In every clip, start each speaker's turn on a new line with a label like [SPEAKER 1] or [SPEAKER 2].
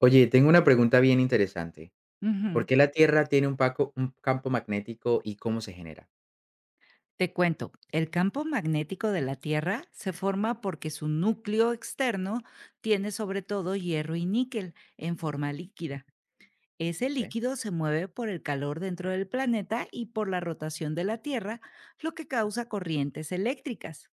[SPEAKER 1] Oye, tengo una pregunta bien interesante. ¿Por
[SPEAKER 2] Ujú.
[SPEAKER 1] qué la Tierra tiene un campo magnético y cómo se genera?
[SPEAKER 2] Te cuento, el campo magnético de la Tierra se forma porque su núcleo externo tiene sobre todo hierro y níquel en forma líquida. Ese
[SPEAKER 1] Ok,
[SPEAKER 2] líquido se mueve por el calor dentro del planeta y por la rotación de la Tierra, lo que causa corrientes eléctricas.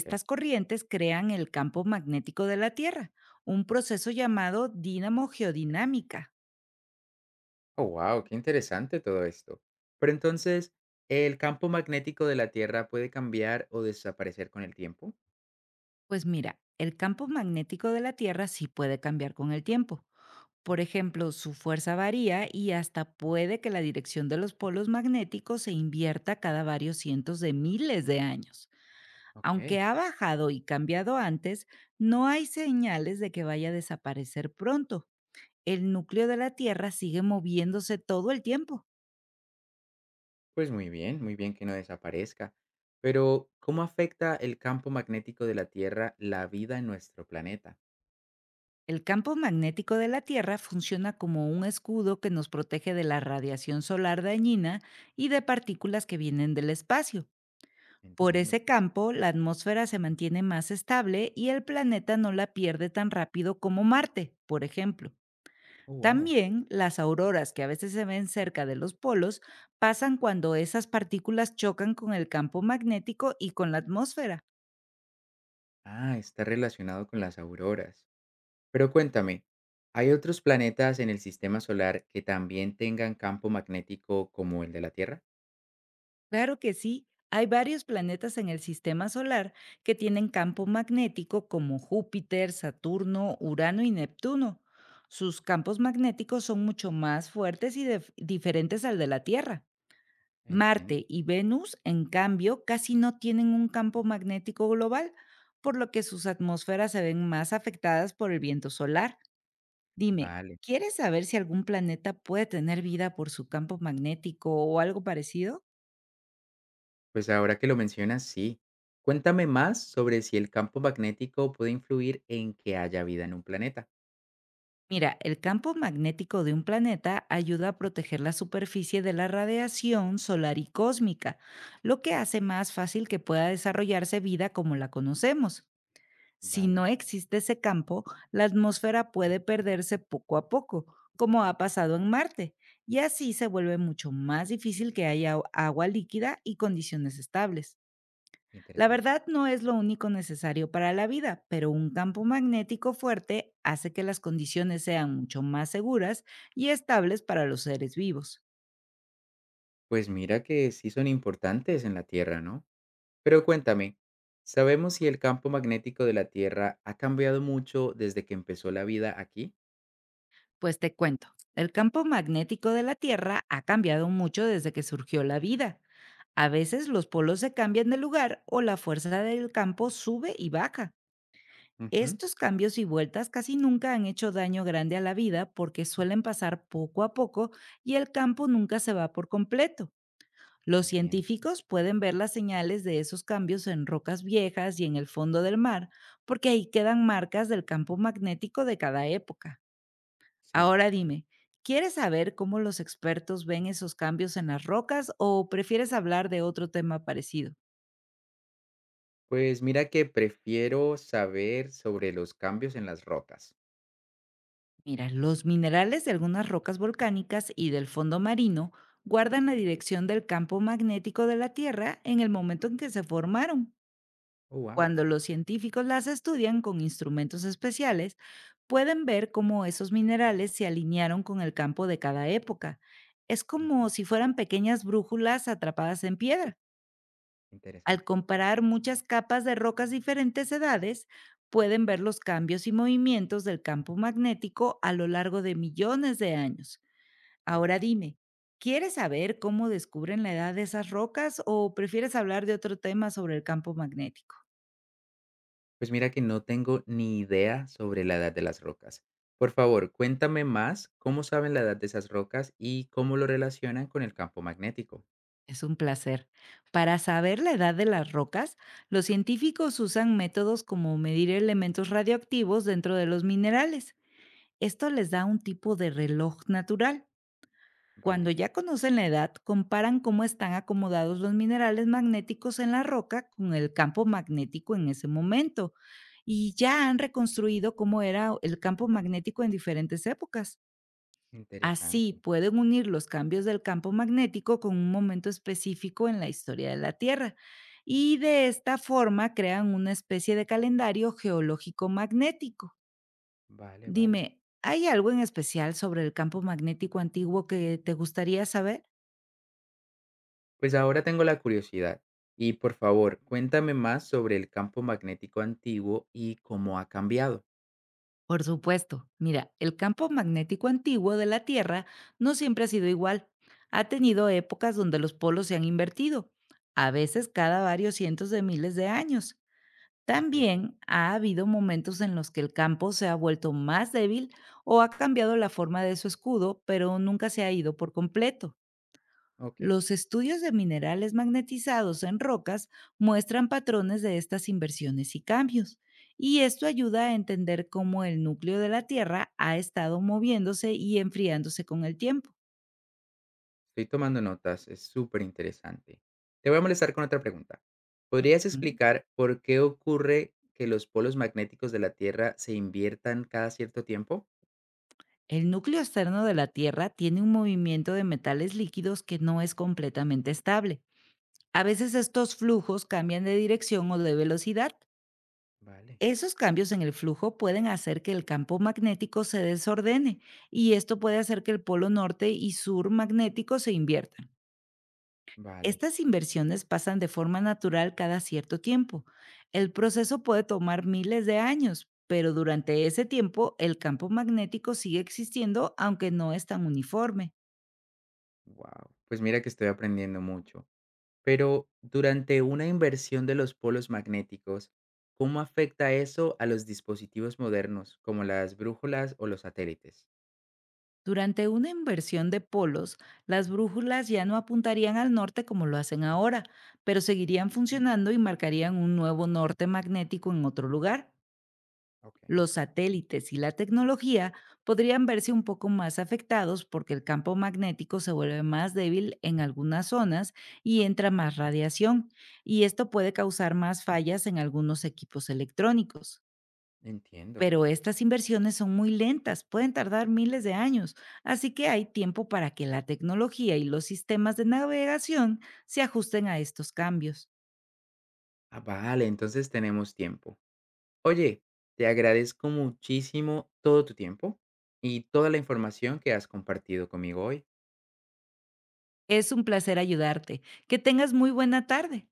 [SPEAKER 1] ok.
[SPEAKER 2] corrientes crean el campo magnético de la Tierra, un proceso llamado dínamo geodinámica.
[SPEAKER 1] Oh, wow, qué interesante todo esto. Pero entonces, ¿el campo magnético de la Tierra puede cambiar o desaparecer con el tiempo?
[SPEAKER 2] Pues mira, el campo magnético de la Tierra sí puede cambiar con el tiempo. Por ejemplo, su fuerza varía y hasta puede que la dirección de los polos magnéticos se invierta cada varios cientos de miles de años. Aunque
[SPEAKER 1] Ok,
[SPEAKER 2] ha bajado y cambiado antes, no hay señales de que vaya a desaparecer pronto. El núcleo de la Tierra sigue moviéndose todo el tiempo.
[SPEAKER 1] pues muy bien que no desaparezca. Pero, ¿cómo afecta el campo magnético de la Tierra la vida en nuestro planeta?
[SPEAKER 2] El campo magnético de la Tierra funciona como un escudo que nos protege de la radiación solar dañina y de partículas que vienen del espacio. Por
[SPEAKER 1] Entiendo.
[SPEAKER 2] ese campo, la atmósfera se mantiene más estable y el planeta no la pierde tan rápido como Marte, por ejemplo.
[SPEAKER 1] Oh, wow.
[SPEAKER 2] También las auroras que a veces se ven cerca de los polos pasan cuando esas partículas chocan con el campo magnético y con la atmósfera.
[SPEAKER 1] Ah, está relacionado con las auroras. Pero cuéntame, ¿hay otros planetas en el sistema solar que también tengan campo magnético como el de la Tierra?
[SPEAKER 2] Claro que sí, hay varios planetas en el sistema solar que tienen campo magnético, como Júpiter, Saturno, Urano y Neptuno. Sus campos magnéticos son mucho más fuertes y diferentes al de la Tierra.
[SPEAKER 1] Entiendo.
[SPEAKER 2] Marte y Venus, en cambio, casi no tienen un campo magnético global, por lo que sus atmósferas se ven más afectadas por el viento solar. Dime,
[SPEAKER 1] Vale.
[SPEAKER 2] ¿quieres saber si algún planeta puede tener vida por su campo magnético o algo parecido?
[SPEAKER 1] Pues ahora que lo mencionas, sí. Cuéntame más sobre si el campo magnético puede influir en que haya vida en un planeta.
[SPEAKER 2] Mira, el campo magnético de un planeta ayuda a proteger la superficie de la radiación solar y cósmica, lo que hace más fácil que pueda desarrollarse vida como la conocemos. Si no
[SPEAKER 1] Vale,
[SPEAKER 2] existe ese campo, la atmósfera puede perderse poco a poco, como ha pasado en Marte, y así se vuelve mucho más difícil que haya agua líquida y condiciones estables. La
[SPEAKER 1] interesante.
[SPEAKER 2] verdad no es lo único necesario para la vida, pero un campo magnético fuerte hace que las condiciones sean mucho más seguras y estables para los seres vivos.
[SPEAKER 1] Pues mira que sí son importantes en la Tierra, ¿no? Pero cuéntame, ¿sabemos si el campo magnético de la Tierra ha cambiado mucho desde que empezó la vida aquí?
[SPEAKER 2] Pues te cuento, el campo magnético de la Tierra ha cambiado mucho desde que surgió la vida. A veces los polos se cambian de lugar o la fuerza del campo sube y baja.
[SPEAKER 1] Ujú,
[SPEAKER 2] Estos cambios y vueltas casi nunca han hecho daño grande a la vida, porque suelen pasar poco a poco y el campo nunca se va por completo. Los
[SPEAKER 1] entiendo.
[SPEAKER 2] científicos pueden ver las señales de esos cambios en rocas viejas y en el fondo del mar, porque ahí quedan marcas del campo magnético de cada época.
[SPEAKER 1] Sí.
[SPEAKER 2] Ahora dime, ¿quieres saber cómo los expertos ven esos cambios en las rocas o prefieres hablar de otro tema parecido?
[SPEAKER 1] Pues mira que prefiero saber sobre los cambios en las rotas.
[SPEAKER 2] Mira, los minerales de algunas rocas volcánicas y del fondo marino guardan la dirección del campo magnético de la Tierra en el momento en que se formaron.
[SPEAKER 1] Oh, wow.
[SPEAKER 2] Cuando los científicos las estudian con instrumentos especiales, pueden ver cómo esos minerales se alinearon con el campo de cada época. Es como si fueran pequeñas brújulas atrapadas en piedra. Al
[SPEAKER 1] Interesante.
[SPEAKER 2] comparar muchas capas de rocas diferentes edades, pueden ver los cambios y movimientos del campo magnético a lo largo de millones de años.
[SPEAKER 1] Oh,
[SPEAKER 2] Ahora
[SPEAKER 1] wow.
[SPEAKER 2] dime, ¿quieres saber cómo descubren la edad de esas rocas o prefieres hablar de otro tema sobre el campo magnético?
[SPEAKER 1] Pues mira que no tengo ni idea sobre la edad de las rocas. Por favor, cuéntame más cómo saben la edad de esas rocas y cómo lo relacionan con el campo magnético.
[SPEAKER 2] Es un placer. Para saber la edad de las rocas, los científicos usan métodos como medir elementos radioactivos dentro de los minerales. Esto les da un tipo de reloj natural. Cuando
[SPEAKER 1] Vale,
[SPEAKER 2] ya conocen la edad, comparan cómo están acomodados los minerales magnéticos en la roca con el campo magnético en ese momento. Y ya han reconstruido cómo era el campo magnético en diferentes épocas. Así
[SPEAKER 1] interesante.
[SPEAKER 2] pueden unir los cambios del campo magnético con un momento específico en la historia de la Tierra. Y de esta forma crean una especie de calendario geológico magnético.
[SPEAKER 1] Vale, vale.
[SPEAKER 2] Dime, ¿hay algo en especial sobre el campo magnético antiguo que te gustaría saber?
[SPEAKER 1] Pues ahora tengo la curiosidad. Y por favor, cuéntame más sobre el campo magnético antiguo y cómo ha cambiado.
[SPEAKER 2] Por supuesto. Mira, el campo magnético antiguo de la Tierra no siempre ha sido igual. Ha tenido épocas donde los polos se han invertido, a veces cada varios cientos de miles de años.
[SPEAKER 1] Interesante.
[SPEAKER 2] También ha habido momentos en los que el campo se ha vuelto más débil o ha cambiado la forma de su escudo, pero nunca se ha ido por completo.
[SPEAKER 1] Ok.
[SPEAKER 2] Los estudios de minerales magnetizados en rocas muestran patrones de estas inversiones y cambios, y esto ayuda a entender cómo el núcleo de la Tierra ha estado moviéndose y enfriándose con el tiempo.
[SPEAKER 1] Estoy tomando notas, es súper interesante. Te voy a molestar con otra pregunta. ¿Podrías
[SPEAKER 2] Mm,
[SPEAKER 1] explicar por qué ocurre que los polos magnéticos de la Tierra se inviertan cada cierto tiempo?
[SPEAKER 2] El núcleo externo de la Tierra tiene un movimiento de metales líquidos que no es completamente estable. A veces estos flujos cambian de dirección o de velocidad.
[SPEAKER 1] Vale,
[SPEAKER 2] Esos cambios en el flujo pueden hacer que el campo magnético se desordene, y esto puede hacer que el polo norte y sur magnético se inviertan.
[SPEAKER 1] vale.
[SPEAKER 2] Estas inversiones pasan de forma natural cada cierto tiempo. El proceso puede tomar miles de años, pero durante ese tiempo el campo magnético sigue existiendo, aunque no es tan uniforme.
[SPEAKER 1] Wow. Pues mira que estoy aprendiendo mucho. Pero durante una inversión de los polos magnéticos, ¿cómo afecta eso a los dispositivos modernos, como las brújulas o los satélites?
[SPEAKER 2] Durante una inversión de polos, las brújulas ya no apuntarían al norte como lo hacen ahora, pero seguirían
[SPEAKER 1] Ujú,
[SPEAKER 2] funcionando y marcarían un nuevo norte magnético en otro lugar.
[SPEAKER 1] ok,
[SPEAKER 2] Los satélites y la tecnología podrían verse un poco más afectados porque el campo magnético se vuelve más débil en algunas zonas y entra más radiación, y esto puede causar más fallas en algunos equipos electrónicos.
[SPEAKER 1] entiendo.
[SPEAKER 2] Pero estas inversiones son muy lentas, pueden tardar miles de años, así que hay tiempo para que la tecnología y los sistemas de navegación se ajusten a estos cambios.
[SPEAKER 1] Ah, vale, entonces tenemos tiempo. Oye, te agradezco muchísimo todo tu tiempo y toda la información que has compartido conmigo hoy.
[SPEAKER 2] Es un placer ayudarte. Que tengas muy buena tarde.